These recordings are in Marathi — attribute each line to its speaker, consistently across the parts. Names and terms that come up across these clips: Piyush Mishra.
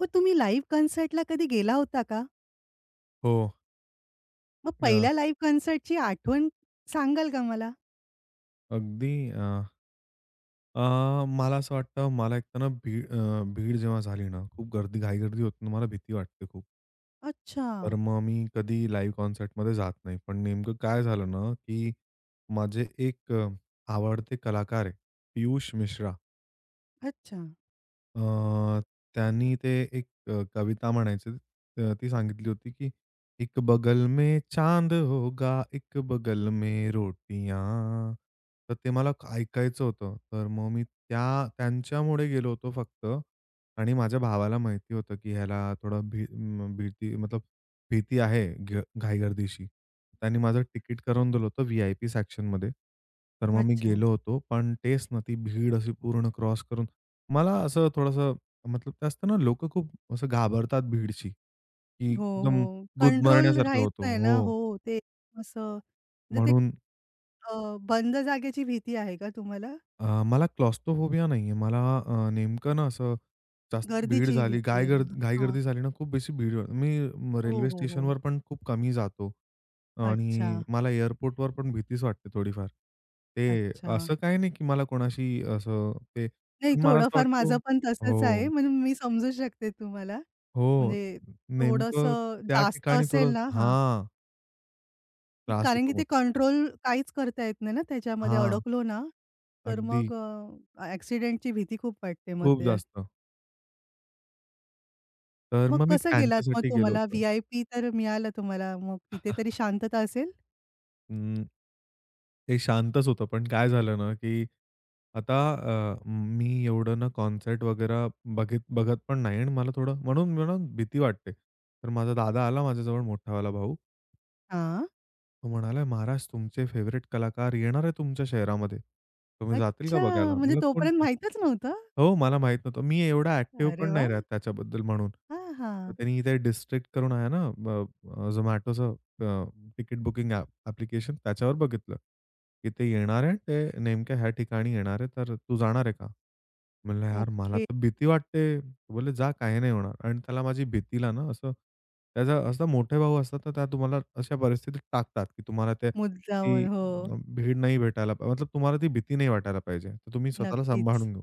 Speaker 1: मग तुम्ही लाईव्ह कॉन्सर्टला कधी गेला होता का?
Speaker 2: हो.
Speaker 1: मग
Speaker 2: अ,
Speaker 1: पहिल्या लाईव्ह कॉन्सर्टची आठवण सांगाल का मला?
Speaker 2: अगदी अ, अ, मला असं वाटतं मला एक तर ना भीड भीड जेव्हा झाली ना, खूप गर्दी घाई-गर्दी होते ना, मला भीती वाटते खूप.
Speaker 1: अच्छा,
Speaker 2: तर मग मी कधी लाईव्ह कॉन्सर्टमध्ये जात नाही. पण नेमकं काय झालं ना, की माझे एक आवडते कलाकार आहे, पियुष मिश्रा.
Speaker 1: अच्छा,
Speaker 2: अ, त्यांनी ते एक कविता म्हणायची. ती सांगितली होती, की "एक बगल में चांद होगा, एक बगल में रोटियाँ." तर ते मला ऐकायचं होतं. तर मग मी त्यांच्यामुळे गेलो होतो फक्त आणि माझ्या भावाला माहिती होतं, की ह्याला थोडं भीती मतलब भीती आहे घाईगर्दीशी. त्यांनी माझं तिकीट करून दिलं होतं व्ही-आय-पी सेक्शनमध्ये. तर मग मी
Speaker 1: अच्छा.
Speaker 2: गेलो होतो. पण तेच ना, ती भीड अशी पूर्ण क्रॉस करून मला असं थोडंसं मतलब ते असतं ना, लोकं खूप असं घाबरतात भीडशी, की
Speaker 1: हो,
Speaker 2: एकदम
Speaker 1: हो. कंट्रोल
Speaker 2: गुदमरण्यासारखं
Speaker 1: राहत
Speaker 2: होतो.
Speaker 1: नाही ना.
Speaker 2: हो.
Speaker 1: हो, ते असं म्हणजे ते
Speaker 2: म्हणून
Speaker 1: अ, बंद जागेची भीती आहे का तुम्हाला?
Speaker 2: मला क्लॉस्ट्रोफोबिया नाहीये. मला नेमकं ना असं जास्त भीड
Speaker 1: गर्दीची
Speaker 2: झाली,
Speaker 1: भीती आहे. हां, हां.
Speaker 2: घाईगर्दी झाली ना, खूप बेसी भीड
Speaker 1: हो,
Speaker 2: रेल्वे
Speaker 1: हो, हो.
Speaker 2: स्टेशनवर पण खूप कमी जातो
Speaker 1: अच्छा,
Speaker 2: आणि मला एअरपोर्टवर पण भीतीच वाटते थोडीफार. ते
Speaker 1: अच्छा.
Speaker 2: असं काही नाही, की मला कोणाशी असं ते
Speaker 1: नाही,
Speaker 2: पण मला असं
Speaker 1: थोडंफार
Speaker 2: वाटतो
Speaker 1: माझं पण तसंच आहे.
Speaker 2: हो.
Speaker 1: म्हणून मी समजू शकते तुम्हाला.
Speaker 2: हो.
Speaker 1: म्हणजे
Speaker 2: नेमकं
Speaker 1: थोडंसं
Speaker 2: त्या
Speaker 1: जास्त
Speaker 2: ठिकाणी
Speaker 1: असेल
Speaker 2: थोडं
Speaker 1: ना हां.
Speaker 2: हां,
Speaker 1: की
Speaker 2: त्रास
Speaker 1: कारण की
Speaker 2: होतो
Speaker 1: ते
Speaker 2: मग.
Speaker 1: कंट्रोल काहीच करता येत नाही ना, त्याच्यामध्ये
Speaker 2: हां,
Speaker 1: अडकलो ना, तर
Speaker 2: अगदी
Speaker 1: मग ॲक्सिडेंटची भीती खूप वाटते मग
Speaker 2: खूप
Speaker 1: त्यात.
Speaker 2: जास्त. तर
Speaker 1: मग
Speaker 2: मग मी
Speaker 1: कसं गेलात? मग
Speaker 2: त्यांच्यासाठी गेलो
Speaker 1: तुम्हाला
Speaker 2: होतो.
Speaker 1: व्ही-आय-पी तर मिळालं, तुम्हाला मग तिथे तरी शांतता असेल?
Speaker 2: अं, ते शांतच होतं. पण काय झालं ना, की आता मी एवढं ना कॉन्सर्ट वगैरे बघत पण नाही आणि मला थोडं म्हणून मला भीती वाटते. तर माझा दादा आला माझ्याजवळ मोठावाला भाऊ.
Speaker 1: हां.
Speaker 2: तो म्हणाला, "महाराज, तुमचे फेवरेट कलाकार येणार आहे तुमच्या शहरामध्ये. तुम्ही जातील का
Speaker 1: अच्छा,
Speaker 2: बघायला?"
Speaker 1: म्हणजे
Speaker 2: म्हणलं,
Speaker 1: तोपर्यंत
Speaker 2: "कोणते?"
Speaker 1: माहीतच नव्हतं?
Speaker 2: हो, मला माहीत नव्हतं. मी एवढा ॲक्टिव्ह
Speaker 1: अरे
Speaker 2: पण
Speaker 1: वाह!
Speaker 2: नाही राहत त्याच्याबद्दल म्हणून.
Speaker 1: हां,
Speaker 2: मग
Speaker 1: हां.
Speaker 2: त्यांनी ते डिस्ट्रिक्ट करून आहे ना अ, अ, Zomatoचं अ, तिकीट बुकिंग ॲप्लिकेशन त्याच्यावर बघितलं, की ते येणार आहे. ते नेमक्या ह्या ठिकाणी येणार आहे, तर तू जाणार आहे का? म्हणलं, "यार, मला
Speaker 1: ओके.
Speaker 2: तर भीती वाटते." बोलले, "जा, काही नाही होणार." आणि त्याला माझी भीतीला ना असं त्याचा असं मोठे भाऊ असतात तर त्या तुम्हाला अशा परिस्थितीत टाकतात, की तुम्हाला ते ती
Speaker 1: मुद्दामून. हो,
Speaker 2: भीड नाही मतलब तुम्हाला ती भीती नाही वाटायला पाहिजे. तर तुम्ही स्वतःला
Speaker 1: नक्कीच.
Speaker 2: सांभाळून घेऊ.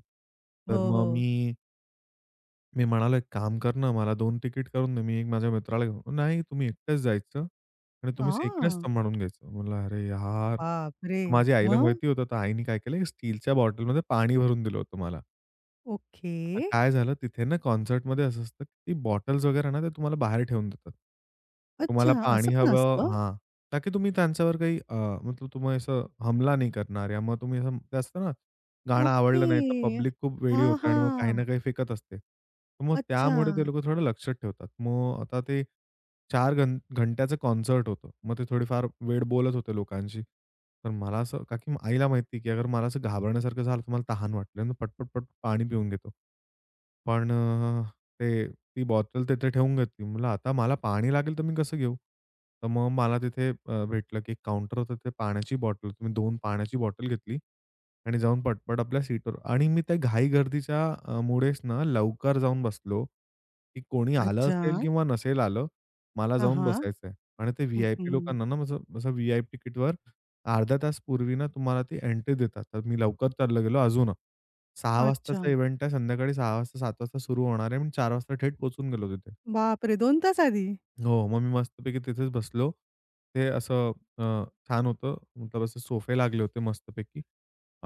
Speaker 1: हो,
Speaker 2: तर
Speaker 1: हो.
Speaker 2: मग मी मी म्हणालो, "एक काम कर ना, मला 2 तिकीट करून दे, मी एक माझ्या मित्राला घेऊन." "नाही, तुम्ही एकटेच जायचं आणि तुम्ही एकटेच
Speaker 1: आह!
Speaker 2: सांभाळून घ्यायचं." म्हणलं, "अरे यार!"
Speaker 1: बापरे!
Speaker 2: माझ्या आईला
Speaker 1: मग?
Speaker 2: माहिती होतं, तर आईने काय केलं, स्टीलच्या बॉटलमध्ये पाणी भरून दिलं होतं मला.
Speaker 1: ओके.
Speaker 2: आता काय झालं तिथे ना कॉन्सर्टमध्ये असं असतं, की ती बॉटल्स वगैरे ना ते तुम्हाला बाहेर ठेवून देतात.
Speaker 1: अच्छा,
Speaker 2: तुम्हाला
Speaker 1: असं
Speaker 2: पाणी
Speaker 1: पण
Speaker 2: हवं
Speaker 1: असतं?
Speaker 2: हां. ताकी तुम्ही त्यांच्यावर काही मतलब तुम्ही असं हमला नाही करणार या मग तुम्ही असं ते असतं ना, गाणं
Speaker 1: ओके.
Speaker 2: आवडलं नाही तर पब्लिक खूप वेडी
Speaker 1: हां,
Speaker 2: होते आणि मग काही
Speaker 1: हां.
Speaker 2: ना काही फेकत असते. तर मग
Speaker 1: अच्छा.
Speaker 2: त्यामुळे ते लोकं थोडं लक्षात ठेवतात. मग आता ते 4 घंट्याचं कॉन्सर्ट होतं. मग ते थोडेफार वेळ बोलत होते लोकांशी. तर मला असं का की आईला माहिती, की अगर मला असं घाबरण्यासारखं झालं, तर मला तहान वाटली आणि पटपट-पट पाणी पिऊन घेतो. पण ते ती बॉटल तिथे ठेवून घेतली. म्हणलं आता मला पाणी लागेल, तर मी कसं घेऊ? तर मग मला तिथे भेटलं की एक काउंटर होतं तिथे पाण्याची बॉटल होती. मी पाण्याची बॉटल घेतली आणि जाऊन पटपट आपल्या सीटवर आणि मी त्या घाई-गर्दीच्या मुळेच ना लवकर जाऊन बसलो, की कोणी आलं
Speaker 1: अच्छा.
Speaker 2: असेल किंवा नसेल आलं मला
Speaker 1: हां,
Speaker 2: जाऊन
Speaker 1: हां.
Speaker 2: बसायचंय आणि ते
Speaker 1: हं,
Speaker 2: व्ही-आय-पी
Speaker 1: हं.
Speaker 2: लोकांना ना माझं माझं व्ही-आय-पी तिकीटवर अर्धा तास पूर्वी ना तुम्हाला ती एंट्री देतात. तर मी लवकर चालला गेलो अजून. 6:00
Speaker 1: अच्छा.
Speaker 2: वाजताचा इव्हेंट आहे. संध्याकाळी 6:00 वाजता 7:00 वाजता सुरू होणार आहे. मी 4:00 वाजता थेट पोहचून गेलो तिथे.
Speaker 1: बापरे! 2 तास आधी?
Speaker 2: हो, मग मी मस्तपैकी तिथेच बसलो. ते असं छान होतं. मतलब असे सोफे लागले होते मस्तपैकी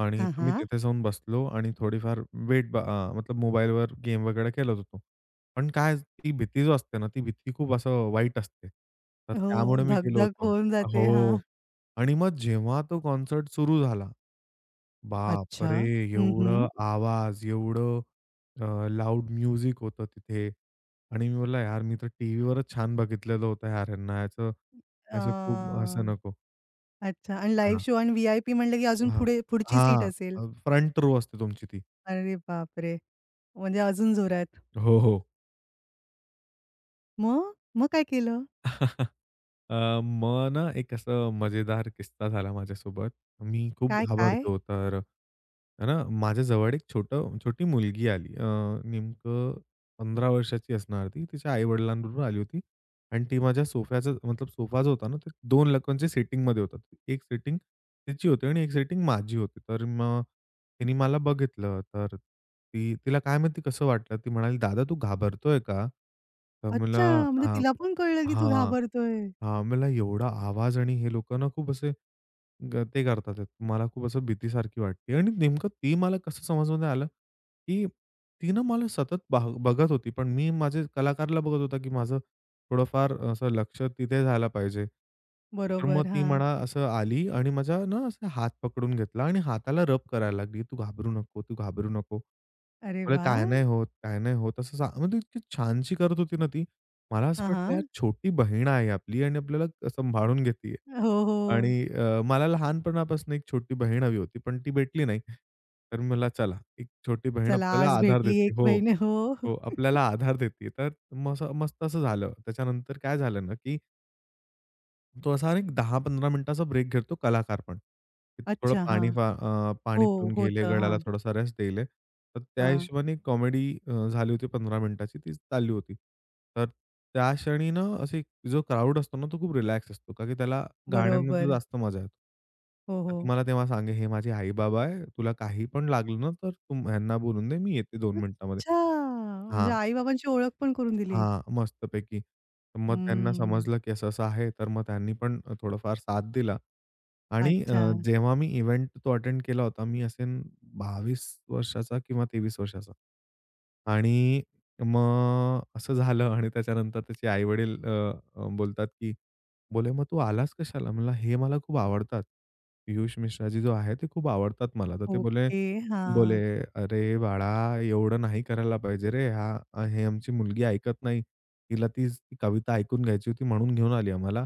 Speaker 2: आणि
Speaker 1: हां,
Speaker 2: तर मी
Speaker 1: हां.
Speaker 2: तिथे जाऊन बसलो आणि थोडीफार मतलब मोबाईलवर गेम वगैरे खेळत होतो. पण काय ती भीती जो असते ना, ती भीती खूप असं वाईट असते. तर
Speaker 1: हो,
Speaker 2: त्यामुळे मी गेलो
Speaker 1: धक-धक
Speaker 2: होतो.
Speaker 1: होऊन जाते. हां.
Speaker 2: हो आणि मग जेव्हा तो कॉन्सर्ट सुरू झाला
Speaker 1: अच्छा.
Speaker 2: बापरे!
Speaker 1: हं, हं.
Speaker 2: एवढं आवाज, एवढं लाउड म्युझिक होतं तिथे. आणि मी बोलला, "यार, मी तर टीव्हीवरच छान बघितलेलं होतं यार ह्यांना याचं
Speaker 1: अ,
Speaker 2: असं खूप असं नको."
Speaker 1: अच्छा, आणि लाईव्ह
Speaker 2: हां,
Speaker 1: शो आणि व्ही-आय-पी म्हणलं की अजून
Speaker 2: हां.
Speaker 1: पुढे पुढची सीट
Speaker 2: हां.
Speaker 1: असेल.
Speaker 2: फ्रंट रो असते तुमची ती.
Speaker 1: अरे बापरे! म्हणजे अजून जोरात.
Speaker 2: हो, हो.
Speaker 1: मग? मग काय केलं?
Speaker 2: मग ना एक असं मजेदार किस्सा झाला माझ्यासोबत. मी खूप
Speaker 1: काय, काय?
Speaker 2: घाबरतो तर आहे ना, माझ्या जवळ एक छोटी मुलगी आली. नेमकं 15 वर्षाची असणार ती. तिच्या आई-वडिलांबरोबर आली होती आणि ती माझ्या सोफ्याचा मतलब सोफा जो होता ना, ते 2 लोकांच्या सीटिंगमध्ये होता. एक सीटिंग तिची होती आणि एक सीटिंग माझी होती. तर मग तिने मला बघितलं, तर ती तिला काय माहिती कसं वाटलं? ती म्हणाली, "दादा, तू घाबरतोय का?" तर मला
Speaker 1: अच्छा, म्हणजे
Speaker 2: हां,
Speaker 1: तिला पण कळलं की तू घाबरतोय.
Speaker 2: आम्हाला एवढा आवाज आणि हे लोकं ना खूप असे ते करतात आहेत. मला खूप असं भीतीसारखी वाटते आणि नेमकं ते मला कसं समजमध्ये आलं, की ती ना मला सतत बघत होती. पण मी माझे कलाकारला बघत होता, की माझं थोडंफार असं लक्ष तिथे झालं पाहिजे. तर मग
Speaker 1: बरोबर.
Speaker 2: ती
Speaker 1: हां.
Speaker 2: म्हणा असं आली आणि माझा ना असा हात पकडून घेतला आणि हाताला रब करायला लागली, "तू घाबरू नको, तू घाबरू नको."
Speaker 1: अरे
Speaker 2: म्हटलं,
Speaker 1: वाह!
Speaker 2: "काय नाही होत, काय नाही होत." असं सा म्हणजे इतकी छानशी करत होती ना ती. मला असं
Speaker 1: हां,
Speaker 2: वाटलं यार
Speaker 1: हां.
Speaker 2: छोटी बहीण आहे आपली आणि आपल्याला सांभाळून घेतीये.
Speaker 1: हो,
Speaker 2: आणि
Speaker 1: हो.
Speaker 2: मला लहानपणापासून एक छोटी बहीण हवी होती, पण ती भेटली नाही. तर मला चला एक छोटी बहीण
Speaker 1: चला,
Speaker 2: आपल्याला
Speaker 1: आज
Speaker 2: आधार
Speaker 1: भेटली एक
Speaker 2: देते. हो,
Speaker 1: बहीण. हो. हो.
Speaker 2: हो. आपल्याला आधार देते. तर मस्त असं झालं. त्याच्यानंतर काय झालं ना, की तो असा एक 10-15 मिनिटाचा ब्रेक घेतो कलाकार पण. की थोडं
Speaker 1: अच्छा, हां. हो,
Speaker 2: पाणी पिऊन घेले,
Speaker 1: होतं.
Speaker 2: गळ्याला
Speaker 1: हां,
Speaker 2: थोडासा रेस्ट देले. तर त्या
Speaker 1: हां.
Speaker 2: हिशोबाने कॉमेडी झाली होती 15 मिनिटाची ती चालली होती. तर त्या क्षणी ना असे जो क्राउड असतो ना तो खूप रिलॅक्स असतो. का की त्याला गाण्यांमध्ये
Speaker 1: बरोबर.
Speaker 2: जास्त मजा येतो.
Speaker 1: हो,
Speaker 2: तर
Speaker 1: हो.
Speaker 2: ती मला तेव्हा सांगे, "हे माझे आई-बाबा आहे. तुला काही पण लागलं ना तर तू ह्यांना बोलून दे. मी येते 2 मिनिटामध्ये."
Speaker 1: अच्छा! म्हणजे
Speaker 2: हां.
Speaker 1: आई-बाबांची ओळख पण करून दिली.
Speaker 2: हां, मस्तपैकी. तर मग त्यांना
Speaker 1: हम्म.
Speaker 2: समजलं, की असं-असं आहे. तर मग त्यांनी पण थोडंफार साथ दिला. आणि
Speaker 1: अच्छा.
Speaker 2: जेव्हा मी इव्हेंट तो अटेंड केला होता, मी असेन 22 वर्षाचा किंवा 23 वर्षाचा. आणि मग असं झालं आणि त्याच्यानंतर त्याचे आई-वडील अ, अ, बोलतात, की बोलले, "मग तू आलास कशाला?" म्हणलं, "हे मला खूप आवडतात. पियुष मिश्राजी जो आहे, ते खूप आवडतात मला." तर ते
Speaker 1: ओके.
Speaker 2: बोले,
Speaker 1: हां.
Speaker 2: "अरे बाळा, एवढं नाही करायला पाहिजे रे. हे आमची मुलगी ऐकत नाही. तिला ती ती कविता ऐकून घ्यायची होती म्हणून घेऊन आली आम्हाला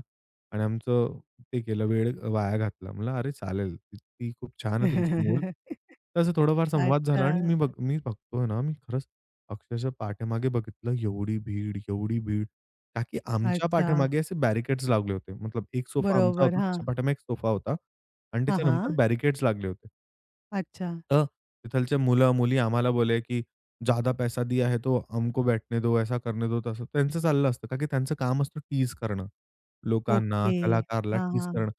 Speaker 2: आणि आमचं ते केलं, वेळ वाया घातला." म्हणलं, "अरे चालेल, ती ती खूप छान आहे तुमची मूल." तसं थोडंफार संवाद
Speaker 1: अच्छा,
Speaker 2: झाला आणि मी बघतोय ना, मी खरंच अक्षरशः पाठीमागे बघितलं, एवढी भीड, एवढी भीड. का की आमच्या
Speaker 1: अच्छा.
Speaker 2: पाठीमागे असे बॅरिकेड्स लावले होते. मतलब एक सोफा आमचा
Speaker 1: बरोबर.
Speaker 2: होता,
Speaker 1: हां.
Speaker 2: त्याच्या पाठीमागे एक सोफा होता आणि
Speaker 1: हां,
Speaker 2: त्याच्यानंतर
Speaker 1: हां.
Speaker 2: बॅरिकेड्स लागले होते.
Speaker 1: अच्छा.
Speaker 2: तो तिथलचे मुलं-मुली आम्हाला बोले, की "ज्यादा पैसा दिया है, तो हमको बैठने दो, ऐसा करने दो, तसं." त्यांचं चाललं असतं का की त्यांचं काम असतं टीज करणं. लोकांना,
Speaker 1: ओके.
Speaker 2: कलाकारला
Speaker 1: हां,
Speaker 2: टीज
Speaker 1: हां.
Speaker 2: करणं.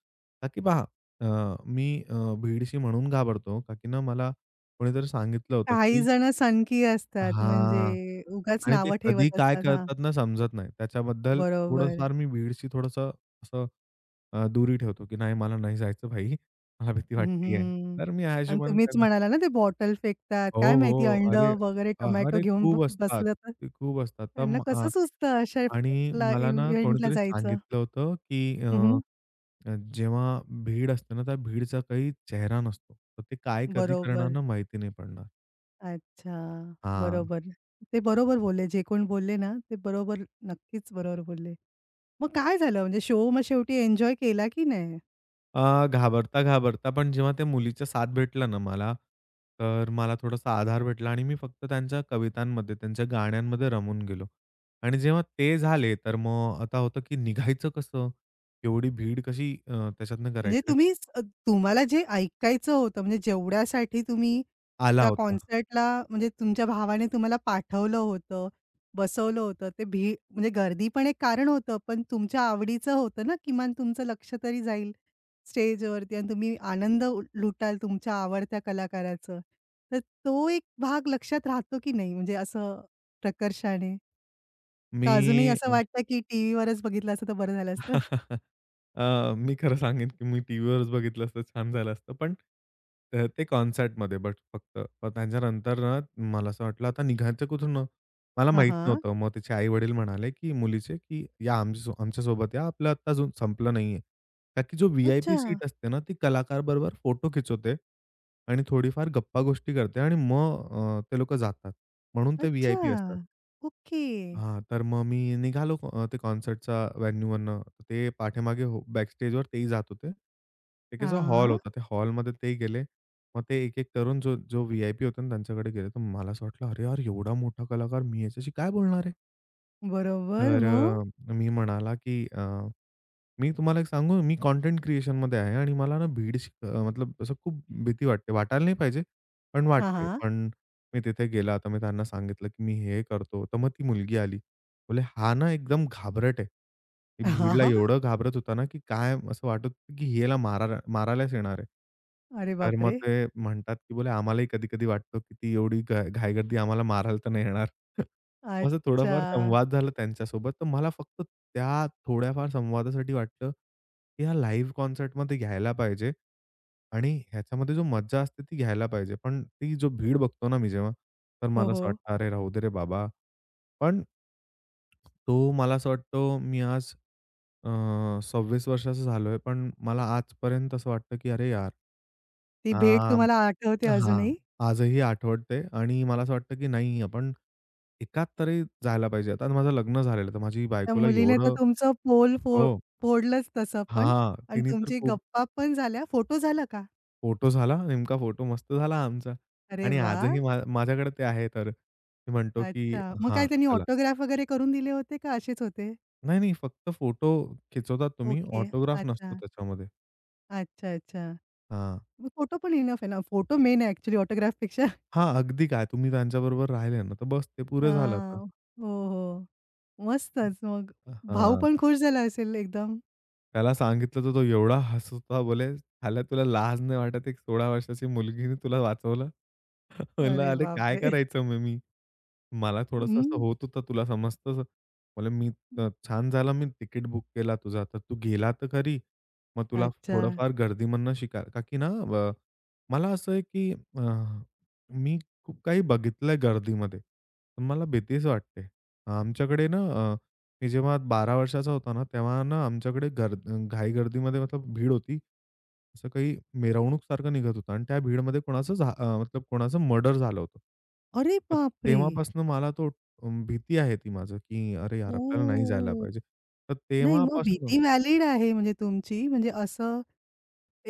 Speaker 2: का की पहा अ, मी अ, भीडशी म्हणून घाबरतो का की ना मला कोणीतरी सांगितलं होतं,
Speaker 1: काही
Speaker 2: की
Speaker 1: जण सनकी असतात,
Speaker 2: हां.
Speaker 1: म्हणजे उगाच
Speaker 2: आणि ते
Speaker 1: नावं
Speaker 2: कधी
Speaker 1: ठेवत
Speaker 2: काय
Speaker 1: असतात. हां.
Speaker 2: करतात ना समजत नाही. त्याच्याबद्दल
Speaker 1: बरोबर.
Speaker 2: थोडंफार मी भीडशी थोडंसं असं दुरी ठेवतो, की नाही मला नाही जायचं भाई. मला भीती
Speaker 1: हं,
Speaker 2: वाटते
Speaker 1: हं.
Speaker 2: तर मी ह्या
Speaker 1: आणि
Speaker 2: हिशोबाने
Speaker 1: तुम्हीच
Speaker 2: त्यांना
Speaker 1: म्हणाला ना, ते बॉटल फेकतात.
Speaker 2: हो,
Speaker 1: काय माहिती
Speaker 2: हो.
Speaker 1: अंड,
Speaker 2: अरे,
Speaker 1: वगैरे टोमॅटो
Speaker 2: अरे
Speaker 1: घेऊन
Speaker 2: खूप असतात.
Speaker 1: बसलं तर
Speaker 2: ते खूप असतात.
Speaker 1: त्यांना कसं सुचतं अशा
Speaker 2: आणि
Speaker 1: ला
Speaker 2: मला ना
Speaker 1: इव्हेंटला
Speaker 2: कोणीतरी
Speaker 1: जायचं?
Speaker 2: सांगितलं होतं, की अ,
Speaker 1: हं, हं.
Speaker 2: अ, जेव्हा भीड असते ना, त्या भीडचा काही चेहरा नसतो. तर ते काय कधी करणार
Speaker 1: बरोबर.
Speaker 2: ना माहिती नाही पडणार.
Speaker 1: अच्छा.
Speaker 2: हां.
Speaker 1: बरोबर. ते बरोबर बोलले. जे कोण बोलले ना, ते बरोबर नक्कीच बरोबर बोलले. मग काय झालं? म्हणजे शो मग शेवटी एन्जॉय केला की नाही?
Speaker 2: घाबरता-घाबरता पण जेव्हा त्या मुलीचा साथ भेटला ना मला, तर मला थोडासा आधार भेटला आणि मी फक्त त्यांच्या कवितांमध्ये, त्यांच्या गाण्यांमध्ये रमून गेलो. आणि जेव्हा ते झाले, तर मग आता होतं की निघायचं कसं? एवढी भीड कशी त्याच्यातनं
Speaker 1: म्हणजे
Speaker 2: करायची?
Speaker 1: तुम्ही स तुम्हाला जे ऐकायचं होतं, म्हणजे जेवढ्यासाठी तुम्ही
Speaker 2: आला
Speaker 1: त्या
Speaker 2: होता.
Speaker 1: कॉन्सर्टला, म्हणजे तुमच्या भावाने तुम्हाला पाठवलं होतं, बसवलं होतं, ते भी म्हणजे गर्दी पण एक कारण होतं, पण तुमच्या आवडीचं होतं ना, किमान तुमचं लक्ष तरी जाईल स्टेजवरती आणि तुम्ही आनंद लुटाल तुमच्या आवडत्या कलाकाराचं. तर तो एक भाग लक्षात राहतो की नाही, म्हणजे असं प्रकर्षाने? का अजूनही
Speaker 2: मी
Speaker 1: असं वाटतं की टीव्हीवरच बघितलं असतं तर बरं झालं असतं?
Speaker 2: मी खरं सांगेन, की मी टीव्हीवरच बघितलं असतं छान झालं असतं. पण ते कॉन्सर्टमध्ये बट फक्त. पण त्याच्यानंतर ना मला असं वाटलं आता निघायचं कुठून? ना? मला
Speaker 1: हां,
Speaker 2: माहीत
Speaker 1: हां.
Speaker 2: नव्हतं. मग तिचे आई-वडील म्हणाले, की मुलीचे, की "या आमच्यासोबत या. आपलं आत्ता अजून संपलं नाहीये." का की जो
Speaker 1: अच्छा.
Speaker 2: व्ही-आय-पी सीट असते ना, ती कलाकारबरोबर फोटो खिचवते आणि थोडीफार गप्पा-गोष्टी करते आणि मग ते लोकं जातात. म्हणून ते
Speaker 1: अच्छा.
Speaker 2: व्ही-आय-पी असतात.
Speaker 1: ओके.
Speaker 2: हां, तर मग मी निघालो ते कॉन्सर्टच्या व्हेन्यूवरनं. ते पाठीमागे हो बॅकस्टेजवर तेही जात होते. ते कसा हॉल
Speaker 1: हां.
Speaker 2: होता. त्या हॉलमध्ये तेही गेले. मग ते एक-एक करून जो जो व्ही-आय-पी होता ना, त्यांच्याकडे गेले. तर मला असं वाटलं, "अरे यार, एवढा मोठा कलाकार मी याच्याशी काय बोलणार आहे?"
Speaker 1: बरोबर.
Speaker 2: तर
Speaker 1: मग?
Speaker 2: मी म्हणाला, की मी तुम्हाला एक सांगू, मी कंटेंट क्रिएशनमध्ये आहे आणि मला ना मतलब असं खूप भीती वाटते. वाटायला नाही पाहिजे, पण
Speaker 1: हां,
Speaker 2: वाटते.
Speaker 1: हां.
Speaker 2: पण मी तिथे गेला, तर मी त्यांना सांगितलं, की मी हे करतो. तर मग ती मुलगी आली. बोले, "हा ना एकदम घाबरट आहे." ती
Speaker 1: हां,
Speaker 2: भीडला
Speaker 1: हां.
Speaker 2: एवढं घाबरत होता ना, की काय असं वाटत होतं, की याला मारायलाच येणार आहे.
Speaker 1: अरे
Speaker 2: तर मग
Speaker 1: बापरे!
Speaker 2: ते म्हणतात, की बोले, "आम्हालाही कधी-कधी वाटतं, की ती एवढी घाईगर्दी आम्हाला मारायला तर नाही येणार." असं
Speaker 1: अच्छा.
Speaker 2: थोडाफार संवाद झाला त्यांच्यासोबत. तर मला फक्त त्या थोड्याफार संवादासाठी वाटलं, की हा लाईव्ह कॉन्सर्टमध्ये घ्यायला पाहिजे आणि ह्याच्यामध्ये जो मज्जा असते ती घ्यायला पाहिजे. पण ती जो भीड बघतो ना मी जेव्हा, तर
Speaker 1: हो,
Speaker 2: मला असं
Speaker 1: हो.
Speaker 2: वाटतं, "अरे राहू दे रे बाबा." पण तो मला असं वाटतो मी आज अ, 26 वर्षाचा झालोय, पण मला आजपर्यंत असं वाटतं, की "अरे यार,
Speaker 1: ती
Speaker 2: आ
Speaker 1: भेट तुम्हाला आठवते
Speaker 2: हां.
Speaker 1: अजूनही?
Speaker 2: आजही आठवते आणि मला असं वाटतं, की नाही आपण एकात तरी जायला पाहिजे. आता माझं लग्न झालेलं, तर माझी
Speaker 1: त्या
Speaker 2: बायकोला
Speaker 1: मुलीने तर
Speaker 2: एवढं
Speaker 1: तुमचं पोल फो
Speaker 2: हो.
Speaker 1: फोडलंच तसं, पण
Speaker 2: हां.
Speaker 1: आणि
Speaker 2: तिने तर
Speaker 1: तुमची
Speaker 2: खूप
Speaker 1: गप्पा पण झाल्या. फोटो झाला का?
Speaker 2: फोटो झाला, नेमका फोटो मस्त झाला आमचा
Speaker 1: अरे
Speaker 2: आणि
Speaker 1: वाह!
Speaker 2: आजही माझ्याकडे ते आहे तर. मी म्हणतो, की
Speaker 1: अच्छा. मग काय
Speaker 2: हां,
Speaker 1: त्यांनी
Speaker 2: चला.
Speaker 1: ऑटोग्राफ वगैरे करून दिले होते का असेच होते?
Speaker 2: नाही, नाही. फक्त फोटो खिचवतात तुम्ही,
Speaker 1: ओके.
Speaker 2: ऑटोग्राफ
Speaker 1: अच्छा.
Speaker 2: नसतो त्याच्यामध्ये.
Speaker 1: अच्छा, अच्छा.
Speaker 2: हां.
Speaker 1: मग फोटो पण इनफ आहे ना. फोटो मेन आहे ॲक्चुअली ऑटोग्राफपेक्षा.
Speaker 2: हां, अगदी काय तुम्ही त्यांच्याबरोबर राहिले ना, तर बस ते पुरे झालं आता.
Speaker 1: हां. हो, हो. मस्तच मग. भाऊ
Speaker 2: हां.
Speaker 1: पण खुश झाला असेल एकदम.
Speaker 2: त्याला सांगितलं तर तो एवढा हसत होता बोले, "साल्या तुला लाज नाही वाटत? एक 16 वर्षाची मुलगीने तुला वाचवलं." म्हणलं,
Speaker 1: अरे
Speaker 2: "अरे काय
Speaker 1: बापरे!
Speaker 2: करायचं मग मी? मला थोडंसं
Speaker 1: हं.
Speaker 2: असं होत होतं तुला समजतं." म्हणलं, "मी छान झालं मी तिकीट बुक केला तुझा, तर तू गेला तर खरी. मग तुला
Speaker 1: अच्छा.
Speaker 2: थोडंफार गर्दीमधनं शिका." का की ना मला असं आहे की मी खूप काही बघितलंय गर्दीमध्ये. पण मला भीतीच वाटते. आमच्याकडे ना मी जेव्हा 12 वर्षाचा होता ना, तेव्हा ना आमच्याकडे घाईगर्दीमध्ये मतलब भीड होती. असं काही मिरवणूकसारखं निघत होतं आणि त्या भीडमध्ये कोणाचं झा अ, मतलब कोणाचं मर्डर झालं होतं.
Speaker 1: अरे
Speaker 2: तर
Speaker 1: बापरे!
Speaker 2: तेव्हापासून मला तो भीती आहे ती माझं, की "अरे यार, आपल्याला नाही जायला
Speaker 1: ओह!
Speaker 2: पाहिजे." तर
Speaker 1: नाही, मग
Speaker 2: तेव्हापासून
Speaker 1: भीती व्हॅलिड आहे म्हणजे तुमची. म्हणजे असं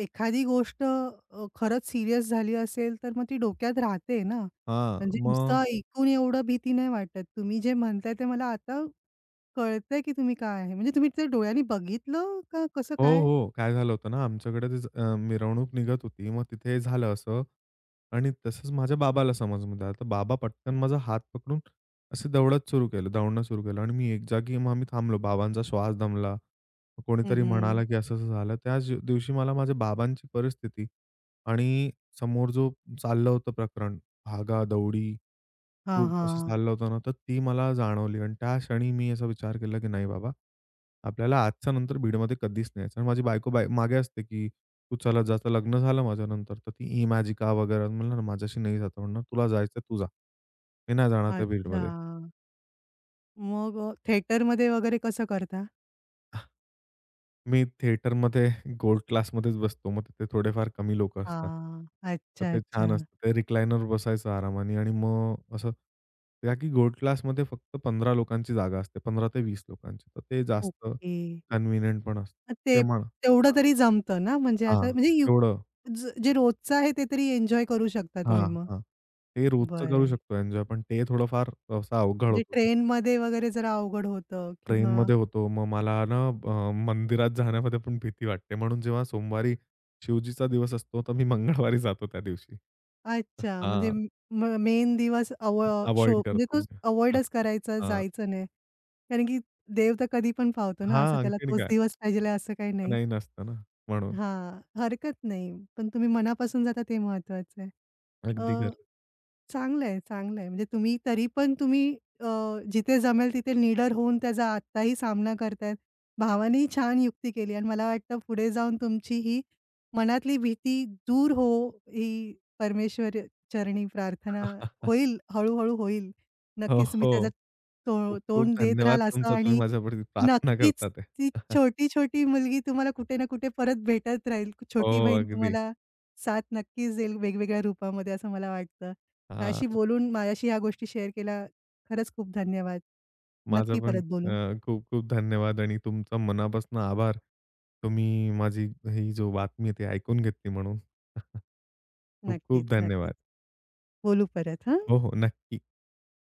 Speaker 1: एखादी गोष्ट खरंच सीरियस झाली असेल, तर मग ती डोक्यात राहते ना.
Speaker 2: हां,
Speaker 1: म्हणजे नुसतं
Speaker 2: मग
Speaker 1: ऐकून एवढं भीती नाही वाटत. तुम्ही जे म्हणताय ते मला आता कळतंय की तुम्ही काय आहे. म्हणजे तुम्ही ते डोळ्यांनी बघितलं का कसं
Speaker 2: हो,
Speaker 1: काय?
Speaker 2: हो. काय झालं होतं ना, आमच्याकडे ते मिरवणूक निघत होती. मग तिथे झालं असं आणि तसंच माझ्या बाबाला समजमध्ये आलं. तर बाबा पटकन माझा हात पकडून असं दौडत सुरू केलं, धावणं सुरू केलं आणि मी एक जागी मग आम्ही थांबलो. बाबांचा श्वास दमला. मग
Speaker 1: हं,
Speaker 2: कोणीतरी
Speaker 1: हं.
Speaker 2: म्हणाला, की असं-असं झालं. त्याच दिवशी मला माझ्या बाबांची परिस्थिती आणि समोर जो चाललं होतं प्रकरण, धागा-दौडी
Speaker 1: हां,
Speaker 2: खूप असं
Speaker 1: हां.
Speaker 2: चाललं होतं ना, तर ती मला जाणवली आणि त्या क्षणी मी असा विचार केला, की नाही बाबा, आपल्याला आजच्या नंतर बीडमध्ये कधीच नाही यायचं. आणि माझी बायको बाय मागे असते, की "तू चला जा." तर लग्न झालं माझ्यानंतर, तर ती इमॅजिका वगैरे म्हणलं ना, "माझ्याशी नाही जात." म्हणणार, "तुला जायचं तू जा. मी नाही जाणार त्या
Speaker 1: अच्छा.
Speaker 2: बीडमध्ये."
Speaker 1: मग थिएटरमध्ये वगैरे कसं करता?
Speaker 2: मी थिएटरमध्ये गोल्ड क्लासमध्येच बसतो. मग तिथे थोडेफार कमी लोकं असतात.
Speaker 1: हां. अच्छा,
Speaker 2: तर ते छान
Speaker 1: अच्छा.
Speaker 2: असतं. ते रिक्लायनर बसायचं आरामाने आणि मग असं का की गोल्ड क्लासमध्ये फक्त 15 लोकांची जागा असते. 15 ते 20 लोकांची. तर ते जास्त
Speaker 1: ओके.
Speaker 2: कन्व्हिनियंट पण असतं.
Speaker 1: मग ते
Speaker 2: ते म्हणा
Speaker 1: तेवढं
Speaker 2: हां,
Speaker 1: तरी जमतं ना? म्हणजे
Speaker 2: हां.
Speaker 1: आता म्हणजे यू
Speaker 2: तेवढं
Speaker 1: जे रोजचं आहे ते तरी एन्जॉय करू शकता तुम्ही
Speaker 2: हां,
Speaker 1: मग?
Speaker 2: हां. ते
Speaker 1: बरं
Speaker 2: रोजचं करू
Speaker 1: आहे.
Speaker 2: शकतो एन्जॉय. पण ते थोडंफार असं अवघड
Speaker 1: म्हणजे
Speaker 2: होतं.
Speaker 1: ट्रेनमध्ये वगैरे जरा अवघड होतं किंवा
Speaker 2: ट्रेनमध्ये होतो. मग मला ना मंदिरात जाण्यामध्ये पण भीती वाटते. म्हणून जेव्हा सोमवारी शिवजीचा दिवस असतो, तर मी मंगळवारी जातो त्या दिवशी.
Speaker 1: अच्छा. म्हणजे
Speaker 2: हां,
Speaker 1: मेन दिवस शो
Speaker 2: अव्हॉइड
Speaker 1: म्हणजे
Speaker 2: करतो
Speaker 1: तोच
Speaker 2: मी. हां,
Speaker 1: अव्हॉइडच करायचा,
Speaker 2: हां.
Speaker 1: जायचं नाही. कारण की देव तर कधी पण पावतो ना,
Speaker 2: हां,
Speaker 1: असं त्याला
Speaker 2: आणखीन
Speaker 1: तोच
Speaker 2: काय.
Speaker 1: दिवस पाहिजे असं काही नाही.
Speaker 2: नाही नसतं ना म्हणून.
Speaker 1: हां, हरकत नाही. पण तुम्ही मनापासून जाता, ते महत्वाचं आहे.
Speaker 2: अगदी
Speaker 1: अ,
Speaker 2: खरं.
Speaker 1: चांगलं आहे, चांगलं आहे. म्हणजे तुम्ही तरी पण तुम्ही जिथे जमेल तिथे निडर होऊन त्याचा आत्ताही सामना करतायत. भावानेही छान युक्ती केली आणि मला वाटतं पुढे जाऊन तुमची ही मनातली भीती दूर हो, ही परमेश्वर चरणी प्रार्थना होईल, हळू-हळू होईल.
Speaker 2: हो,
Speaker 1: नक्कीच तुम्ही त्याचं
Speaker 2: हो. खूप-खूप
Speaker 1: तोंड देत
Speaker 2: धन्यवाद
Speaker 1: राहाल असं,
Speaker 2: तुमचा. तुम्ही
Speaker 1: आणि
Speaker 2: माझ्याबद्दल प्रार्थना
Speaker 1: नक्कीच
Speaker 2: करता ते.
Speaker 1: ती छोटी-छोटी मुलगी तुम्हाला कुठे ना कुठे परत भेटत राहील. छोटी
Speaker 2: हो,
Speaker 1: बहीण
Speaker 2: अगदी.
Speaker 1: तुम्हाला साथ नक्कीच देईल वेगवेगळ्या रूपामध्ये असं मला वाटतं.
Speaker 2: हां,
Speaker 1: माझ्याशी बोलून माझ्याशी ह्या गोष्टी शेअर केल्या, खरंच खूप धन्यवाद.
Speaker 2: माझा
Speaker 1: नक्की
Speaker 2: पण
Speaker 1: परत बोलू.
Speaker 2: अ, खूप-खूप धन्यवाद आणि तुमचा मनापासून आभार. तुम्ही माझी ही जो बातमी आहे, ती ऐकून घेतली म्हणून.
Speaker 1: नक्कीच,
Speaker 2: खूप-खूप
Speaker 1: नक्कीच.
Speaker 2: धन्यवाद.
Speaker 1: बोलू परत, हां.
Speaker 2: हो, हो. नक्की.